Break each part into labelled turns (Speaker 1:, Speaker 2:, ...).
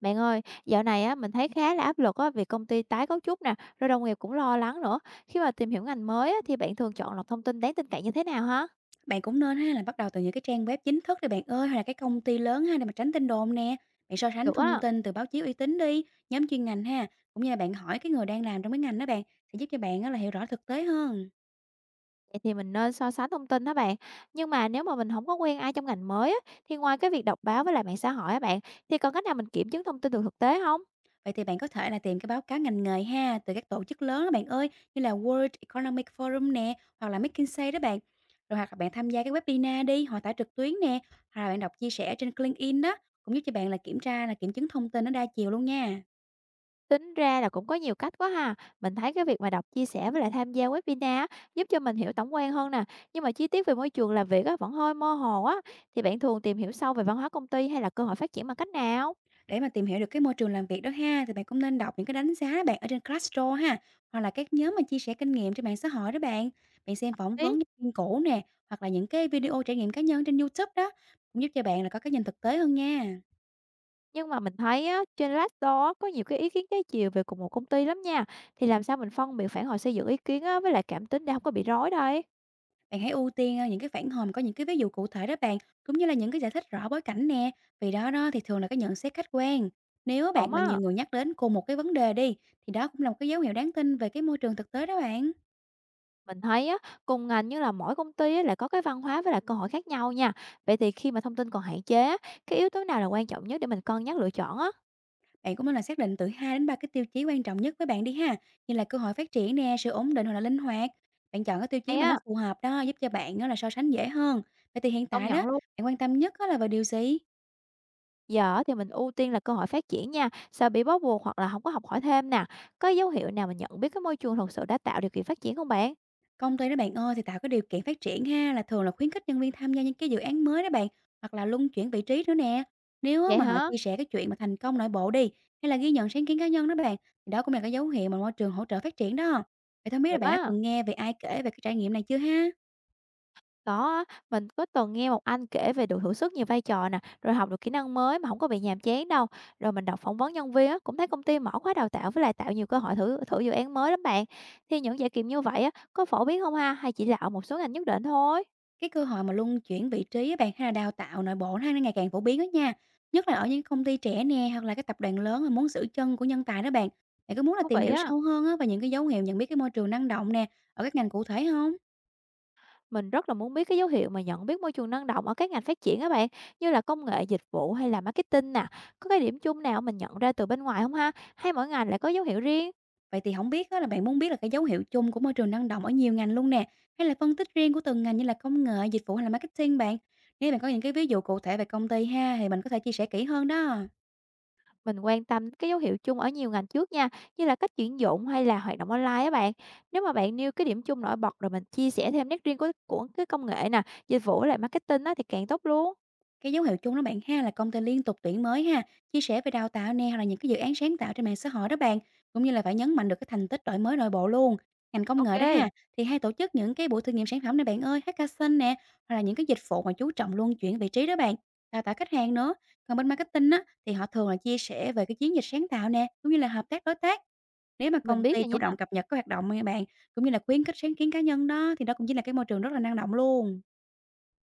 Speaker 1: Bạn ơi, dạo này á mình thấy khá là áp lực á vì công ty tái cấu trúc nè, rồi đồng nghiệp cũng lo lắng nữa. Khi mà tìm hiểu ngành mới á thì bạn thường chọn lọc thông tin đáng tin cậy như thế nào hả?
Speaker 2: Bạn cũng nên ha là bắt đầu từ những cái trang web chính thức đi bạn ơi, hay là cái công ty lớn ha để mà tránh tin đồn nè. Bạn so sánh
Speaker 1: Được
Speaker 2: thông
Speaker 1: á,
Speaker 2: tin từ báo chí uy tín đi, nhóm chuyên ngành ha, cũng như là bạn hỏi cái người đang làm trong cái ngành đó bạn sẽ giúp cho bạn á là hiểu rõ thực tế hơn.
Speaker 1: vậy thì mình nên so sánh thông tin đó bạn. Nhưng mà nếu mà mình không có quen ai trong ngành mới á thì ngoài cái việc đọc báo với lại mạng xã hội á bạn thì còn cách nào mình kiểm chứng thông tin từ thực tế không?
Speaker 2: Vậy thì bạn có thể là tìm cái báo cáo ngành nghề ha từ các tổ chức lớn đó bạn ơi, như là World Economic Forum nè, hoặc là McKinsey đó bạn. Rồi hoặc là bạn tham gia cái webinar đi, họ tải trực tuyến nè, hoặc là bạn đọc chia sẻ trên LinkedIn đó, cũng giúp cho bạn là kiểm tra là kiểm chứng thông tin nó đa chiều luôn nha.
Speaker 1: Tính ra là cũng có nhiều cách quá ha. Mình thấy cái việc mà đọc chia sẻ với lại tham gia webinar á, giúp cho mình hiểu tổng quan hơn nè. Nhưng mà chi tiết về môi trường làm việc á, vẫn hơi mơ hồ á. Thì bạn thường tìm hiểu sâu về văn hóa công ty hay là cơ hội phát triển bằng cách nào?
Speaker 2: Để mà tìm hiểu được cái môi trường làm việc đó ha, thì bạn cũng nên đọc những cái đánh giá bạn ở trên Glassdoor ha, hoặc là các nhóm mà chia sẻ kinh nghiệm trên mạng xã hội đó bạn. Bạn xem phỏng vấn nhân
Speaker 1: Ý,
Speaker 2: viên cũ nè, hoặc là những cái video trải nghiệm cá nhân trên YouTube đó, cũng giúp cho bạn là có cái nhìn thực tế hơn nha.
Speaker 1: nhưng mà mình thấy á, trên Glassdoor á, có nhiều cái ý kiến trái chiều về cùng một công ty lắm nha. Thì làm sao mình phân biệt phản hồi xây dựng ý kiến á, với lại cảm tính để không có bị rối đây?
Speaker 2: Bạn hãy ưu tiên những cái phản hồi mà có những cái ví dụ cụ thể đó bạn, cũng như là những cái giải thích rõ bối cảnh nè, vì đó đó thì thường là cái nhận xét khách quan. Nếu bạn
Speaker 1: Ổn
Speaker 2: mà
Speaker 1: á.
Speaker 2: nhiều người nhắc đến cùng một cái vấn đề đi, thì đó cũng là một cái dấu hiệu đáng tin về cái môi trường thực tế đó bạn.
Speaker 1: Mình thấy á, cùng ngành như là mỗi công ty á, lại có cái văn hóa với lại cơ hội khác nhau nha. Vậy thì khi mà thông tin còn hạn chế á, cái yếu tố nào là quan trọng nhất để mình cân nhắc lựa chọn á?
Speaker 2: Bạn cũng nên là xác định từ 2 đến 3 cái tiêu chí quan trọng nhất với bạn đi ha, như là cơ hội phát triển nè, sự ổn định hoặc là linh hoạt. Bạn chọn cái tiêu chí
Speaker 1: Hay
Speaker 2: mà nó
Speaker 1: á,
Speaker 2: phù hợp đó, giúp cho bạn á là so sánh dễ hơn. Vậy thì hiện
Speaker 1: công
Speaker 2: tại đó,
Speaker 1: nhận luôn.
Speaker 2: bạn quan tâm nhất á là vào điều gì?
Speaker 1: Giờ á thì mình ưu tiên là cơ hội phát triển nha, sợ bị bó buộc hoặc là không có học hỏi thêm nè. Có dấu hiệu nào mình nhận biết cái môi trường thật sự đã tạo điều kiện phát triển không bạn?
Speaker 2: Công ty đó bạn ơi thì tạo cái điều kiện phát triển ha, là thường là khuyến khích nhân viên tham gia những cái dự án mới đó bạn, hoặc là luân chuyển vị trí nữa nè. Nếu á
Speaker 1: Vậy
Speaker 2: mà họ
Speaker 1: hả?
Speaker 2: chia sẻ cái chuyện mà thành công nội bộ đi, hay là ghi nhận sáng kiến cá nhân đó bạn, thì đó cũng là cái dấu hiệu mà môi trường hỗ trợ phát triển đó. Vậy không biết là
Speaker 1: Được
Speaker 2: bạn đã
Speaker 1: á.
Speaker 2: từng nghe về ai kể về cái trải nghiệm này chưa ha?
Speaker 1: Có á, mình có từng nghe một anh kể về được thử sức nhiều vai trò nè, rồi học được kỹ năng mới mà không có bị nhàm chán đâu. Rồi mình đọc phỏng vấn nhân viên á, cũng thấy công ty mở khóa đào tạo với lại tạo nhiều cơ hội thử thử dự án mới lắm bạn. Thì những trải nghiệm như vậy á, có phổ biến không ha? Hay chỉ là ở một số ngành nhất định thôi?
Speaker 2: Cái cơ hội mà luân chuyển vị trí á bạn, hay là đào tạo nội bộ nó ngày càng phổ biến đó nha, nhất là ở những công ty trẻ nè, hoặc là các tập đoàn lớn mà muốn giữ chân của nhân tài đó bạn. Bạn có muốn là
Speaker 1: Thú
Speaker 2: tìm
Speaker 1: vị
Speaker 2: hiểu
Speaker 1: á,
Speaker 2: sâu hơn á về những cái dấu hiệu nhận biết cái môi trường năng động nè, ở các ngành cụ thể không?
Speaker 1: mình rất là muốn biết cái dấu hiệu mà nhận biết môi trường năng động ở các ngành phát triển á bạn, như là công nghệ, dịch vụ hay là marketing nè. Có cái điểm chung nào mình nhận ra từ bên ngoài không ha? Hay mỗi ngành lại có dấu hiệu riêng?
Speaker 2: Vậy thì không biết á là bạn muốn biết là cái dấu hiệu chung của môi trường năng động ở nhiều ngành luôn nè, hay là phân tích riêng của từng ngành như là công nghệ, dịch vụ hay là marketing bạn? Nếu bạn có những cái ví dụ cụ thể về công ty ha, thì mình có thể chia sẻ kỹ hơn đó.
Speaker 1: Mình quan tâm đến cái dấu hiệu chung ở nhiều ngành trước nha, như là cách tuyển dụng hay là hoạt động online á bạn. Nếu mà bạn nêu cái điểm chung nổi bật rồi mình chia sẻ thêm nét riêng của cái công nghệ nè, dịch vụ với lại marketing á thì càng tốt luôn.
Speaker 2: Cái dấu hiệu chung đó bạn ha là công ty liên tục tuyển mới ha, chia sẻ về đào tạo nè hoặc là những cái dự án sáng tạo trên mạng xã hội đó bạn, cũng như là phải nhấn mạnh được cái thành tích đổi mới nội bộ luôn. Ngành công nghệ đó ha
Speaker 1: Ok.
Speaker 2: thì hay tổ chức những cái buổi thử nghiệm sản phẩm này bạn ơi, hackathon nè, hoặc là những cái dịch vụ mà chú trọng luôn chuyển vị trí đó bạn, đào tạo khách hàng nữa. Còn bên marketing á thì họ thường là chia sẻ về cái chiến dịch sáng tạo nè, cũng như là hợp tác đối tác. Nếu mà
Speaker 1: Mình
Speaker 2: công
Speaker 1: biết
Speaker 2: ty
Speaker 1: rồi
Speaker 2: chủ
Speaker 1: nha,
Speaker 2: động cập nhật các hoạt động như bạn cũng như là khuyến khích sáng kiến cá nhân đó thì đó cũng chính là cái môi trường rất là năng động luôn.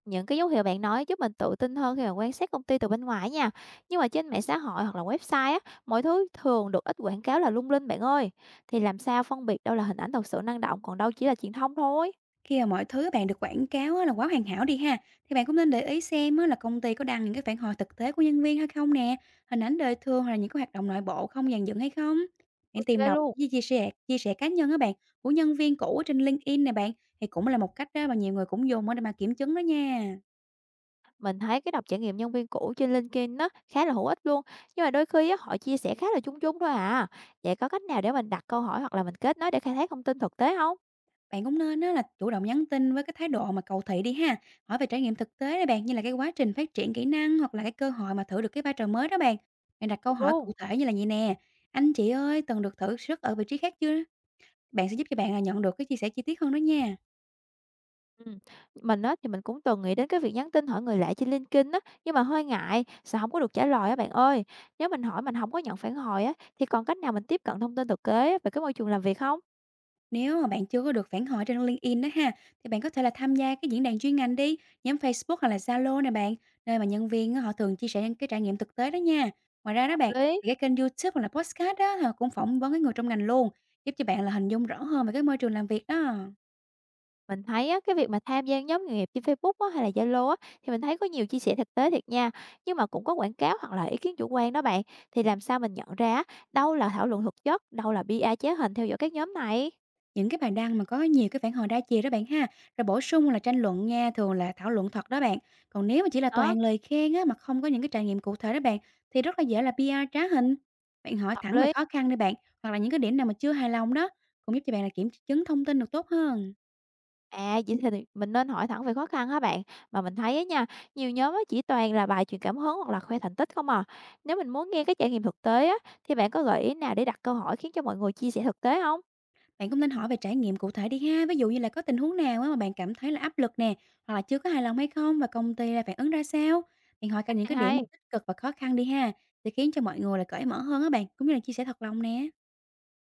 Speaker 1: những cái dấu hiệu bạn nói giúp mình tự tin hơn khi mà quan sát công ty từ bên ngoài nha. Nhưng mà trên mạng xã hội hoặc là website á, mọi thứ thường được ít quảng cáo là lung linh bạn ơi. Thì làm sao phân biệt đâu là hình ảnh thật sự năng động còn đâu chỉ là truyền thông thôi.
Speaker 2: Khi mà mọi thứ bạn được quảng cáo á là quá hoàn hảo đi ha, thì bạn cũng nên để ý xem á là công ty có đăng những cái phản hồi thực tế của nhân viên hay không nè, hình ảnh đời thường hoặc là những cái hoạt động nội bộ không dàn dựng hay không. Bạn
Speaker 1: Ok
Speaker 2: tìm đọc
Speaker 1: luôn.
Speaker 2: chia chia sẻ cá nhân á bạn của nhân viên cũ ở trên LinkedIn nè bạn thì cũng là một cách đó mà nhiều người cũng dùng á để mà kiểm chứng đó nha.
Speaker 1: Mình thấy cái đọc trải nghiệm nhân viên cũ trên LinkedIn nó khá là hữu ích luôn, nhưng mà đôi khi á, họ chia sẻ khá là chung chung thôi à. Vậy có cách nào để mình đặt câu hỏi hoặc là mình kết nối để khai thác thông tin thực tế không?
Speaker 2: Bạn cũng nên á là chủ động nhắn tin với cái thái độ mà cầu thị đi ha, hỏi về trải nghiệm thực tế đó bạn, như là cái quá trình phát triển kỹ năng hoặc là cái cơ hội mà thử được cái vai trò mới đó bạn. Bạn đặt câu
Speaker 1: Được
Speaker 2: hỏi cụ
Speaker 1: luôn.
Speaker 2: thể như là vậy nè, anh chị ơi từng được thử sức ở vị trí khác chưa? Bạn sẽ giúp cho bạn là nhận được cái chia sẻ chi tiết hơn đó nha.
Speaker 1: Ừ. Mình á, thì mình cũng từng nghĩ đến cái việc nhắn tin hỏi người lạ trên LinkedIn á, nhưng mà hơi ngại, sợ không có được trả lời á bạn ơi. Nếu mình hỏi mình không có nhận phản hồi á, thì còn cách nào mình tiếp cận thông tin thực tế về cái môi trường làm việc không?
Speaker 2: Nếu mà bạn chưa có được phản hồi trên LinkedIn đó ha, thì bạn có thể là tham gia cái diễn đàn chuyên ngành đi, nhóm Facebook hoặc là Zalo nè bạn, nơi mà nhân viên á, họ thường chia sẻ những cái trải nghiệm thực tế đó nha. Ngoài ra đó
Speaker 1: Hợp
Speaker 2: bạn,
Speaker 1: lý.
Speaker 2: thì cái kênh YouTube hoặc là podcast đó họ cũng phỏng vấn cái người trong ngành luôn, giúp cho bạn là hình dung rõ hơn về cái môi trường làm việc đó.
Speaker 1: Mình thấy á, cái việc mà tham gia nhóm nghề nghiệp trên Facebook á, hay là Zalo á, thì mình thấy có nhiều chia sẻ thực tế thiệt nha, nhưng mà cũng có quảng cáo hoặc là ý kiến chủ quan đó bạn. Thì làm sao mình nhận ra á, đâu là thảo luận thực chất, đâu là PR chế hình theo dõi các nhóm này?
Speaker 2: Những cái bài đăng mà có nhiều cái phản hồi đa chiều đó bạn ha, rồi bổ sung là tranh luận nha, thường là thảo luận thật đó bạn. Còn nếu mà chỉ là
Speaker 1: Đó,
Speaker 2: toàn lời khen á, mà không có những cái trải nghiệm cụ thể đó bạn, thì rất là dễ là PR trá hình. Bạn hỏi
Speaker 1: hợp
Speaker 2: thẳng về
Speaker 1: lý.
Speaker 2: khó khăn đi bạn, hoặc là những cái điểm nào mà chưa hài lòng đó, cũng giúp cho bạn là kiểm chứng thông tin được tốt hơn.
Speaker 1: À, vậy thì mình nên hỏi thẳng về khó khăn hả bạn? Mà mình thấy á nha, nhiều nhóm á chỉ toàn là bài truyền cảm hứng hoặc là khoe thành tích không à. Nếu mình muốn nghe cái trải nghiệm thực tế á, thì bạn có gợi ý nào để đặt câu hỏi khiến cho mọi người chia sẻ thực tế không?
Speaker 2: Bạn cũng nên hỏi về trải nghiệm cụ thể đi ha, ví dụ như là có tình huống nào á, mà bạn cảm thấy là áp lực nè, hoặc là chưa có hài lòng hay không và công ty là phản ứng ra sao. Bạn hỏi cả những
Speaker 1: Cách này
Speaker 2: cái điểm mà
Speaker 1: hay.
Speaker 2: tích cực và khó khăn đi ha, sẽ khiến cho mọi người là cởi mở hơn á bạn, cũng như là chia sẻ thật lòng nè.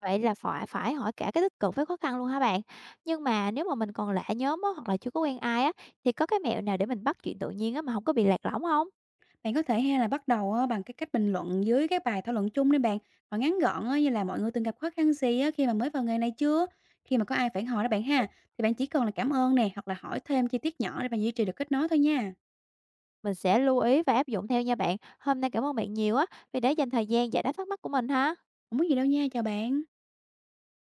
Speaker 1: Vậy là phải phải hỏi cả cái tích cực với khó khăn luôn hả bạn? Nhưng mà nếu mà mình còn lạ nhóm á, hoặc là chưa có quen ai á, thì có cái mẹo nào để mình bắt chuyện tự nhiên á, mà không có bị lạc lõng không?
Speaker 2: Bạn có thể hay là bắt đầu á, bằng cái cách bình luận dưới cái bài thảo luận chung đi bạn. Họ ngắn gọn á, như là mọi người từng gặp khó khăn gì á, khi mà mới vào nghề này chưa? Khi mà có ai phản hồi đó bạn ha, thì bạn chỉ cần là cảm ơn nè, hoặc là hỏi thêm chi tiết nhỏ để bạn duy trì được kết nối thôi nha.
Speaker 1: Mình sẽ lưu ý và áp dụng theo nha bạn. Hôm nay cảm ơn bạn nhiều á, vì đã dành thời gian giải đáp thắc mắc của mình ha.
Speaker 2: Không có gì đâu nha, chào bạn.